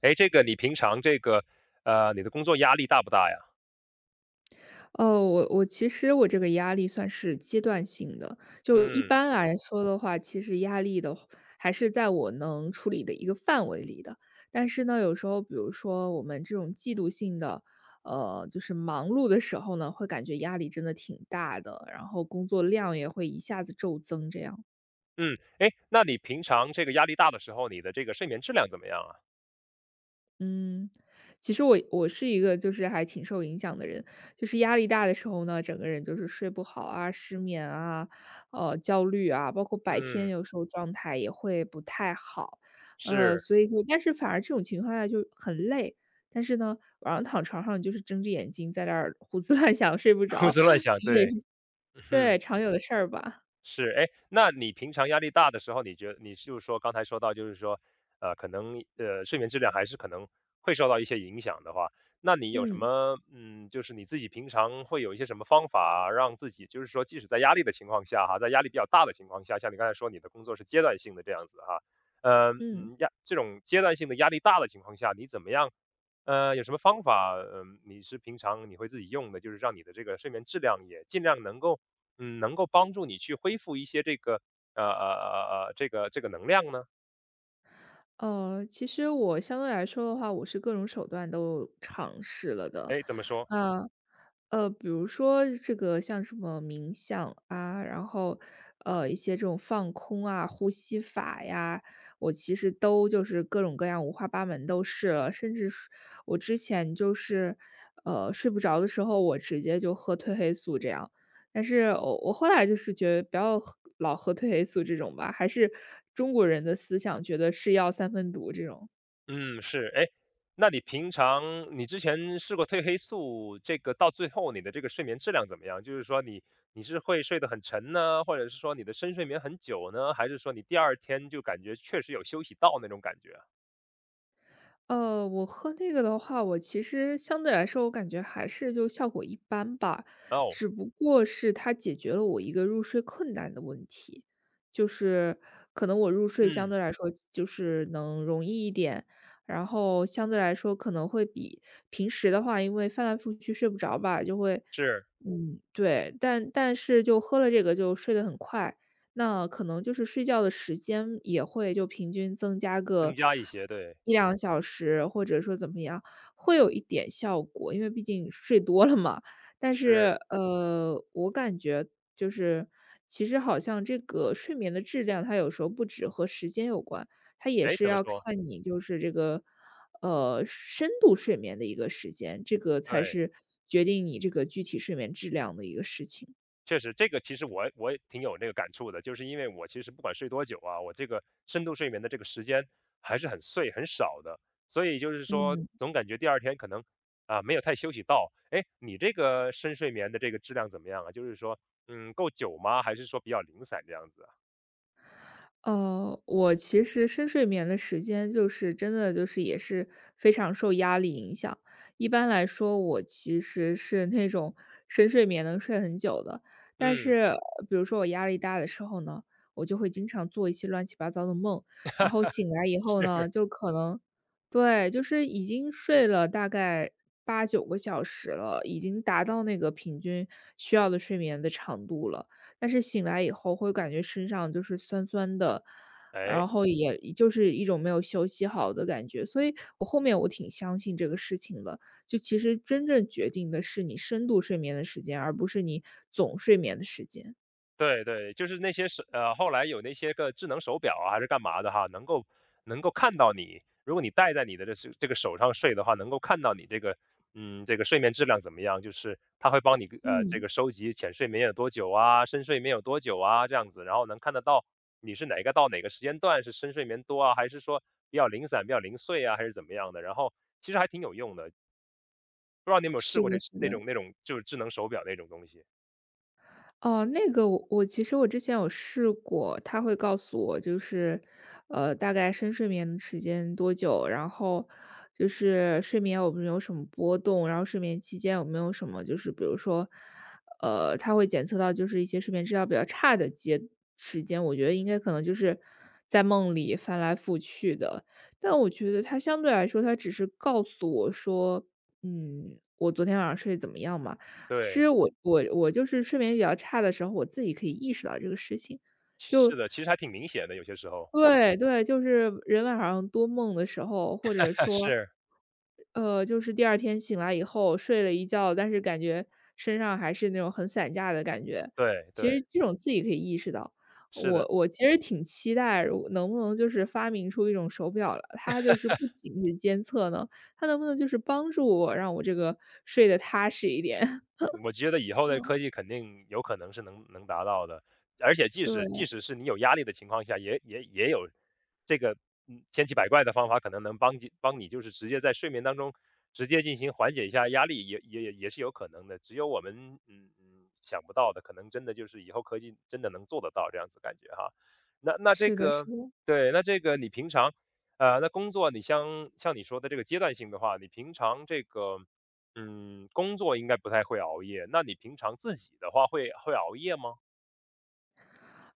哎，这个你平常这个，你的工作压力大不大呀？哦，我其实我这个压力算是阶段性的，就一嗯，般来说的话，其实压力的话还是在我能处理的一个范围里的。但是呢，有时候比如说我们这种季度性的，就是忙碌的时候呢，会感觉压力真的挺大的，然后工作量也会一下子骤增这样。嗯，哎，那你平常这个压力大的时候，你的这个睡眠质量怎么样啊？嗯，其实我是一个就是还挺受影响的人，就是压力大的时候呢，整个人就是睡不好啊、失眠啊、焦虑啊，包括白天嗯，有时候状态也会不太好，是 所以说，但是反而这种情况下就很累，但是呢，晚上躺床上就是睁着眼睛在那儿胡思乱想，睡不 胡着，思乱 想，其实也对，是嗯哼。对常有的事儿吧。是，哎，那你平常压力大的时候，你觉得你就是说刚才说到，就是说，可能睡眠质量还是可能会受到一些影响的话，那你有什嗯么就是你自己平常会有一些什么方法让自己，就是说即使在压力的情况下哈，在压力比较大的情况下，像你刚才说你的工作是阶段性的这样子哈，呃嗯。嗯压这种阶段性的压力大的情况下，你怎么样？有什么方法？嗯、你是平常你会自己用的，就是让你的这个睡眠质量也尽量能够能够帮助你去恢复一些这个能量呢？其实我相对来说的话，我是各种手段都尝试了的。哎，怎么说？那比如说这个像什么冥想啊，然后一些这种放空啊、呼吸法呀，我其实都就是各种各样五花八门都试了，甚至是我之前就是睡不着的时候，我直接就喝褪黑素这样。但是我后来就是觉得不要喝老喝褪黑素这种吧，还是中国人的思想觉得是药三分毒这种。嗯，是，哎，那你平常你之前试过褪黑素，这个到最后你的这个睡眠质量怎么样？就是说你是会睡得很沉呢，或者是说你的深睡眠很久呢，还是说你第二天就感觉确实有休息到那种感觉啊我喝那个的话，我其实相对来说，我感觉还是就效果一般吧，哦，只不过是它解决了我一个入睡困难的问题，就是可能我入睡相嗯，对来说就是能容易一点，然后相对来说可能会比平时的话，因为翻来覆去睡不着吧，就会，是嗯，对，但是就喝了这个就睡得很快，那可能就是睡觉的时间也会就平均增加增个加一些，对，一两小时，或者说怎么样，会有一点效果，因为毕竟睡多了嘛。但是，是，我感觉就是其实好像这个睡眠的质量，它有时候不止和时间有关，它也哎，是怎么要说？看你就是这个，深度睡眠的一个时间，这个才对。是决定你这个具体睡眠质量的一个事情。确实，这个其实我也挺有那个感触的，就是因为我其实不管睡多久啊，我这个深度睡眠的这个时间还是很碎很少的，所以就是说嗯。总感觉第二天可能啊没有太休息到。哎，你这个深睡眠的这个质量怎么样啊？就是说，嗯，够久吗？还是说比较零散这样子啊？我其实深睡眠的时间就是真的就是也是非常受压力影响。一般来说，我其实是那种深睡眠能睡很久的，但是嗯，比如说我压力大的时候呢，我就会经常做一些乱七八糟的梦，然后醒来以后呢，就可能对，就是已经睡了大概八九个小时了，已经达到那个平均需要的睡眠的长度了。但是醒来以后会感觉身上就是酸酸的，哎。然后也就是一种没有休息好的感觉。所以我后面我挺相信这个事情的，就其实真正决定的是你深度睡眠的时间，而不是你总睡眠的时间。对对，就是那些后来有那些个智能手表啊，还是干嘛的哈，能够看到你，如果你戴在你的这个手上睡的话，能够看到你这个睡眠质量怎么样，就是它会帮你这嗯，个收集浅睡眠有多久啊，深睡眠有多久啊这样子，然后能看得到你是哪个到哪个时间段是深睡眠多啊，还是说比较零散、比较零碎啊，还是怎么样的，然后其实还挺有用的，不知道你有没有试是过的，这是那的。种那种就是智能手表那种东西？哦，那个我其实我之前有试过，他会告诉我就是，大概深睡眠的时间多久，然后就是睡眠有没有什么波动，然后睡眠期间有没有什么就是比如说，他会检测到就是一些睡眠质量比较差的阶时间，我觉得应该可能就是在梦里翻来覆去的，但我觉得他相对来说，他只是告诉我说，嗯，我昨天晚上睡得怎么样嘛。其对，实我就是睡眠比较差的时候，我自己可以意识到这个事情。其是就的，其实还挺明显的，有些时候。对对，就是人晚上多梦的时候，或者 说，是，就是第二天醒来以后睡了一觉，但是感觉身上还是那种很散架的感觉。对其对，实这种自己可以意识到，是我的，我其实挺期待，如能不能就是发明出一种手表了，它就是不仅是监测呢，它能不能就是帮助我，让我这个睡得踏实一点？我觉得以后的嗯，科技肯定有可能是能达到的，而且即对，使即使是你有压力的情况下，也有这个千奇百怪的方法，可能能帮你就是直接在睡眠当中直接进行缓解一下压力，也是有可能的，只有我们想不到的，可能真的就是以后科技真的能做得到这样子感觉哈。那这是的是个的。对，那这个你平常。那工作你像你说的这个阶段性的话，你平常这个工作应该不太会熬夜，那你平常自己的话会熬夜吗？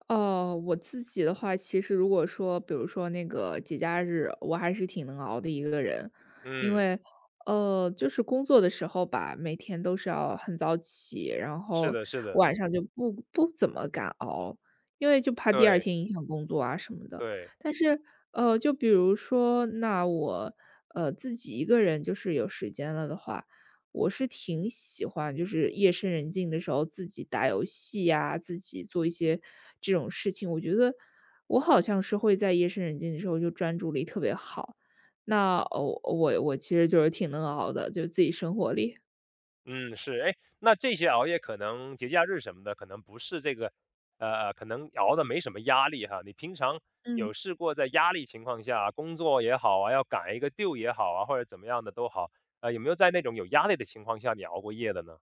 哦，我自己的话，其实如果说，比如说那个节假日，我还是挺能熬的一个人，因嗯，为，就是工作的时候吧，每天都是要很早起，然是后的，是的，晚上就不怎么敢熬，因为就怕第二对天影响工作啊什么的。对，但是，就比如说，那我自己一个人就是有时间了的话，我是挺喜欢，就是夜深人静的时候自己打游戏呀，自己做一些这种事情。我觉得我好像是会在夜深人静的时候就专注力特别好，那哦，我其实就是挺能熬的，就自己生活里。嗯，是，哎，那这些熬夜可能节假日什么的，可能不是这个，可能熬的没什么压力哈。你平常嗯。有试过在压力情况下，工作也好啊，要赶一个 due 也好啊，或者怎么样的都好，有没有在那种有压力的情况下你熬过夜的呢？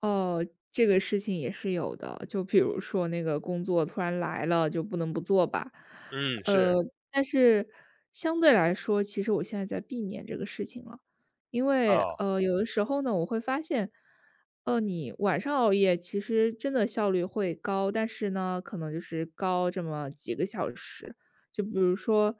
哦，这个事情也是有的，就比如说那个工作突然来了，就不能不做吧。嗯，呃，是，但是相对来说，其实我现在在避免这个事情了，因为哦，有的时候呢，我会发现，你晚上熬夜其实真的效率会高，但是呢，可能就是高这么几个小时。就比如说，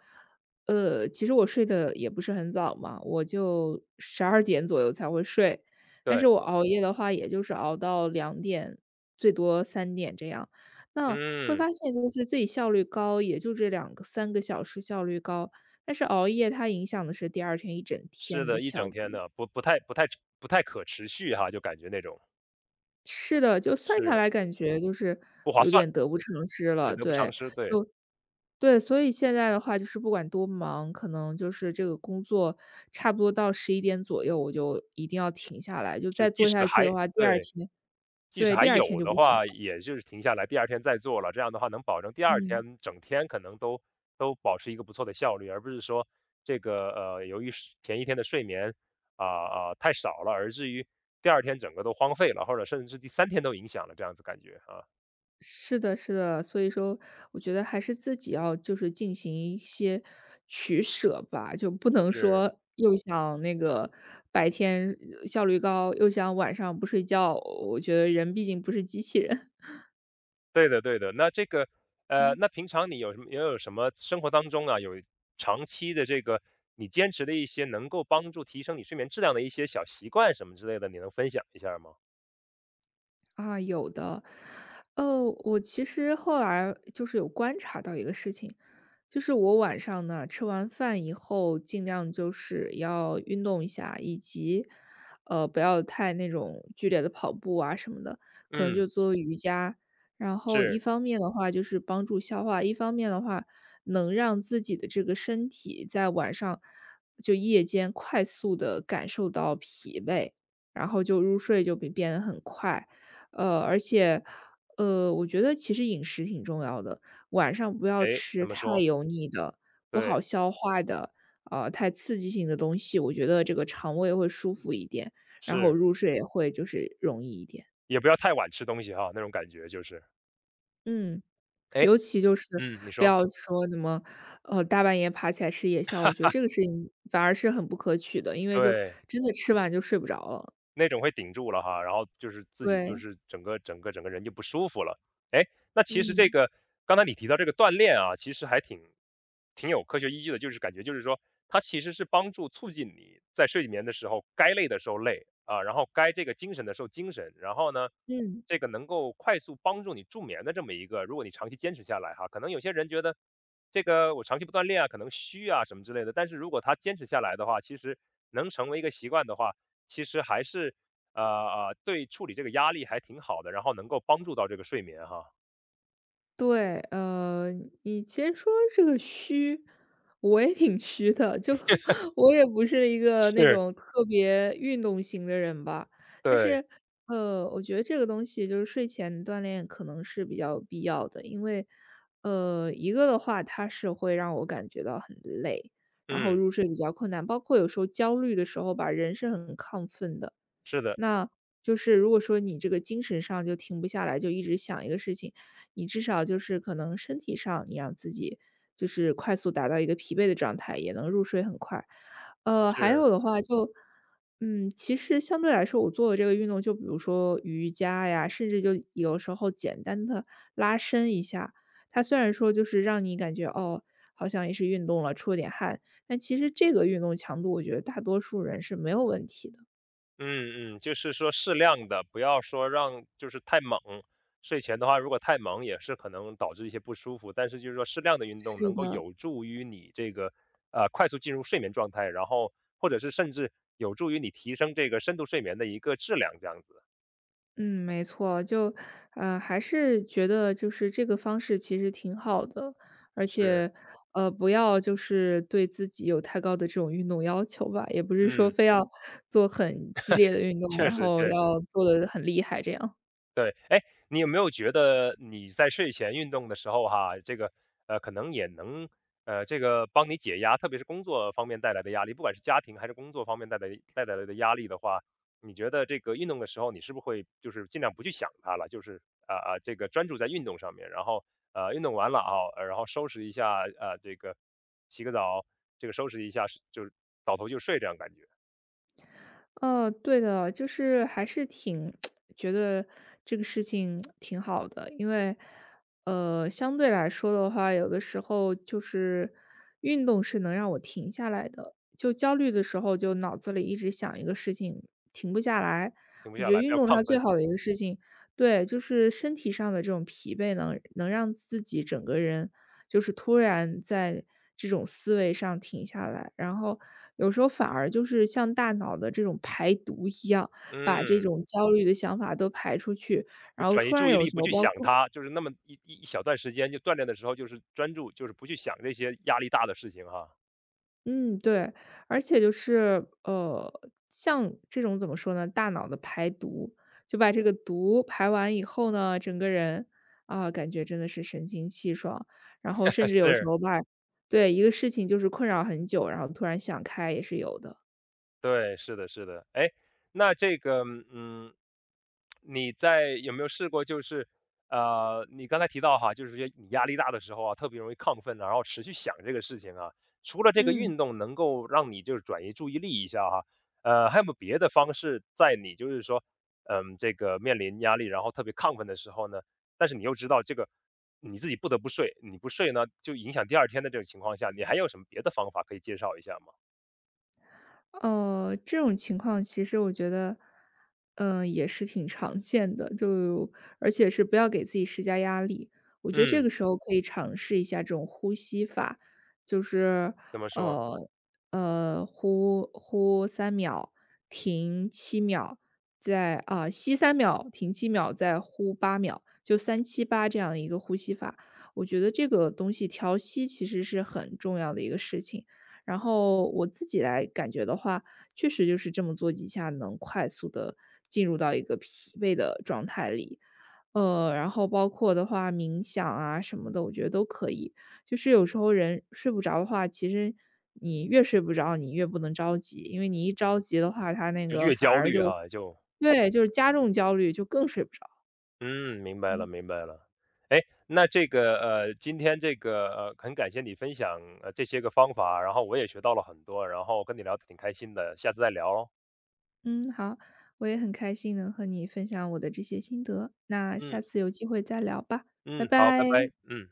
其实我睡得也不是很早嘛，我就12点左右才会睡。但对，是我熬夜的话，也就是熬到2点，最多3点这样。那会嗯。发现就是自己效率高，也就这两个三个小时效率高，但是熬夜它影响的是第二天一整是天的的，一效整天率。的，不太可持续哈，就感觉那种是的，就算下是来感觉就是不划有算，点得不偿失对，了，得不偿对，失，对，就对，所以现在的话就是不管多忙，可能就是这个工作差不多到11点左右，我就一定要停下来，就是再即做使下去还的话，第二对，天即使对，还第二有天就的不行了，话，也就是停下来，第二天再做了，这样的话能保证第二嗯。天整天可能都保持一个不错的效率，而不是说这个由于是前一天的睡眠太少了，而至于第二天整个都荒废了，或者甚至是第三天都影响了，这样子感觉啊，是的，是的，所以说我觉得还是自己要就是进行一些取舍吧，就不能是。说又想那个白天效率高，又想晚上不睡觉，我觉得人毕竟不是机器人。对的对的。那这个，那 平常你有什么也有什么生活当中啊，有长期的这个你坚持的一些能够帮助提升你睡眠质量的一些小习惯什么之类的，你能分享一下吗？啊，有的。我其实后来就是有观察到一个事情，就是我晚上呢吃完饭以后，尽量就是要运动一下，以及不要太那种剧烈的跑步啊什么的，可能嗯，就做瑜伽。然后一是。方面的话就是帮助消化，一方面的话能让自己的这个身体在晚上就夜间快速的感受到疲惫，然后就入睡就变得很快。而且，我觉得其实饮食挺重要的，晚上不要哎，吃怎么太说？油腻的、不好对，消化的，太刺激性的东西，我觉得这个肠胃会舒服一点，然后是，入睡也会就是容易一点。也不要太晚吃东西哈，那种感觉就是。嗯。哎，尤其就是嗯，你不说，要说什么，大半夜爬起来吃夜宵，我觉得这个事情反而是很不可取的，因为就对。真的吃完就睡不着了。那种会顶住了哈，然后就是自己就对，是整个人就不舒服了。哎，那其实这嗯。个刚才你提到这个锻炼啊，其实还挺有科学依据的，就是感觉就是说，它其实是帮助促进你在睡眠的时候，该累的时候累啊，然后该这个精神的时候精神，然后呢，嗯。这个能够快速帮助你助眠的这么一个，如果你长期坚持下来哈，可能有些人觉得这个我长期不锻炼啊，可能虚啊什么之类的，但是如果他坚持下来的话，其实能成为一个习惯的话。其实还是，对处理这个压力还挺好的，然后能够帮助到这个睡眠哈。对，你其实说这个虚，我也挺虚的，就 我也不是一个那是，种特别运动型的人吧。但对，是，我觉得这个东西就是睡前锻炼可能是比较有必要的，因为，一个的话，它是会让我感觉到很累，然后嗯，入睡比较困难，包括有时候焦虑的时候吧，人是很亢奋的。是的，那就是如果说你这个精神上就停不下来，就一直想一个事情，你至少就是可能身体上你让自己就是快速达到一个疲惫的状态，也能入睡很快。还是，有的话就，嗯，其实相对来说，我做的这个运动，就比如说瑜伽呀，甚至就有时候简单的拉伸一下，它虽然说就是让你感觉哦，好像也是运动了，出了点汗，但其实这个运动强度，我觉得大多数人是没有问题的。嗯，就是说适量的，不要说让就是太猛。睡前的话，如果太猛也是可能导致一些不舒服，但是就是说适量的运动是能够的，有助于你这个快速进入睡眠状态，然后或者是甚至有助于你提升这个深度睡眠的一个质量，这样子。嗯，没错，就还是觉得就是这个方式其实挺好的，而是，且不要就是对自己有太高的这种运动要求吧，也不是说嗯，非要做很激烈的运动，确然实后确实。要做的很厉害这样。对，哎，你有没有觉得你在睡前运动的时候哈，这个可能也能这个帮你解压，特别是工作方面带来的压力，不管是家庭还是工作方面带来的压力的话，你觉得这个运动的时候，你是不是会就是尽量不去想它了，就是这个专注在运动上面，然后运动完了啊，然后收拾一下这个洗个澡，这个收拾一下，就是倒头就睡这样感觉，对的，就是还是挺 觉得这个事情挺好的，因为相对来说的话，有的时候就是运动是能让我停下来的，就焦虑的时候，就脑子里一直想一个事情，停不下来。停不我下觉得来，比运较动它亢最奋，好的一个事情，对，就是身体上的这种疲惫能让自己整个人就是突然在这种思维上停下来，然后有时候反而就是像大脑的这种排毒一样，把这嗯。种焦虑的想法都排出去，就然后转移突然注意有力，时不候去包想括它，就是那么一小段时间，就锻炼的时候就是专注，就是不去想这些压力大的事情哈。嗯，对，而且就是像这种怎么说呢，大脑的排毒，就把这个毒排完以后呢，整个人啊，感觉真的是神清气爽，然后甚 至有时是。候吧，对，一个事情就是困扰很久，然后突然想开也是有的，对，是的，是的。哎，那这个，嗯，你在有没有试过，就是你刚才提到哈，就是说你压力大的时候啊，特别容易亢奋啊然后持续想这个事情啊。除了这个嗯。运动能够让你就是转移注意力一下哈，还有没有别的方式，在你就是说，这个面临压力，然后特别亢奋的时候呢，但是你又知道这个你自己不得不睡，你不睡呢，就影响第二天的这种情况下，你还有什么别的方法可以介绍一下吗？这种情况其实我觉得，嗯、也是挺常见的，就而且是不要给自己施加压力。我觉得这嗯，个时候可以尝试一下这种呼吸法，就是怎么说？呃呼三秒，停七秒，再吸三秒，停七秒，再呼8秒，就378这样一个呼吸法。我觉得这个东西调息其实是很重要的一个事情。然后我自己来感觉的话，确实就是这么做几下，能快速的进入到一个疲惫的状态里。然后包括的话，冥想啊什么的，我觉得都可以。就是有时候人睡不着的话，其实你越睡不着，你越不能着急，因为你一着急的话，他那就个越反焦而虑就哈，就对，就是加重焦虑，就更睡不着。嗯，明白了，明白了。哎，那这个今天这个很感谢你分享这些个方法，然后我也学到了很多，然后跟你聊得挺开心的，下次再聊喽。嗯，好，我也很开心能和你分享我的这些心得，那下嗯次有机会再聊吧，拜嗯，好，拜拜。拜，嗯。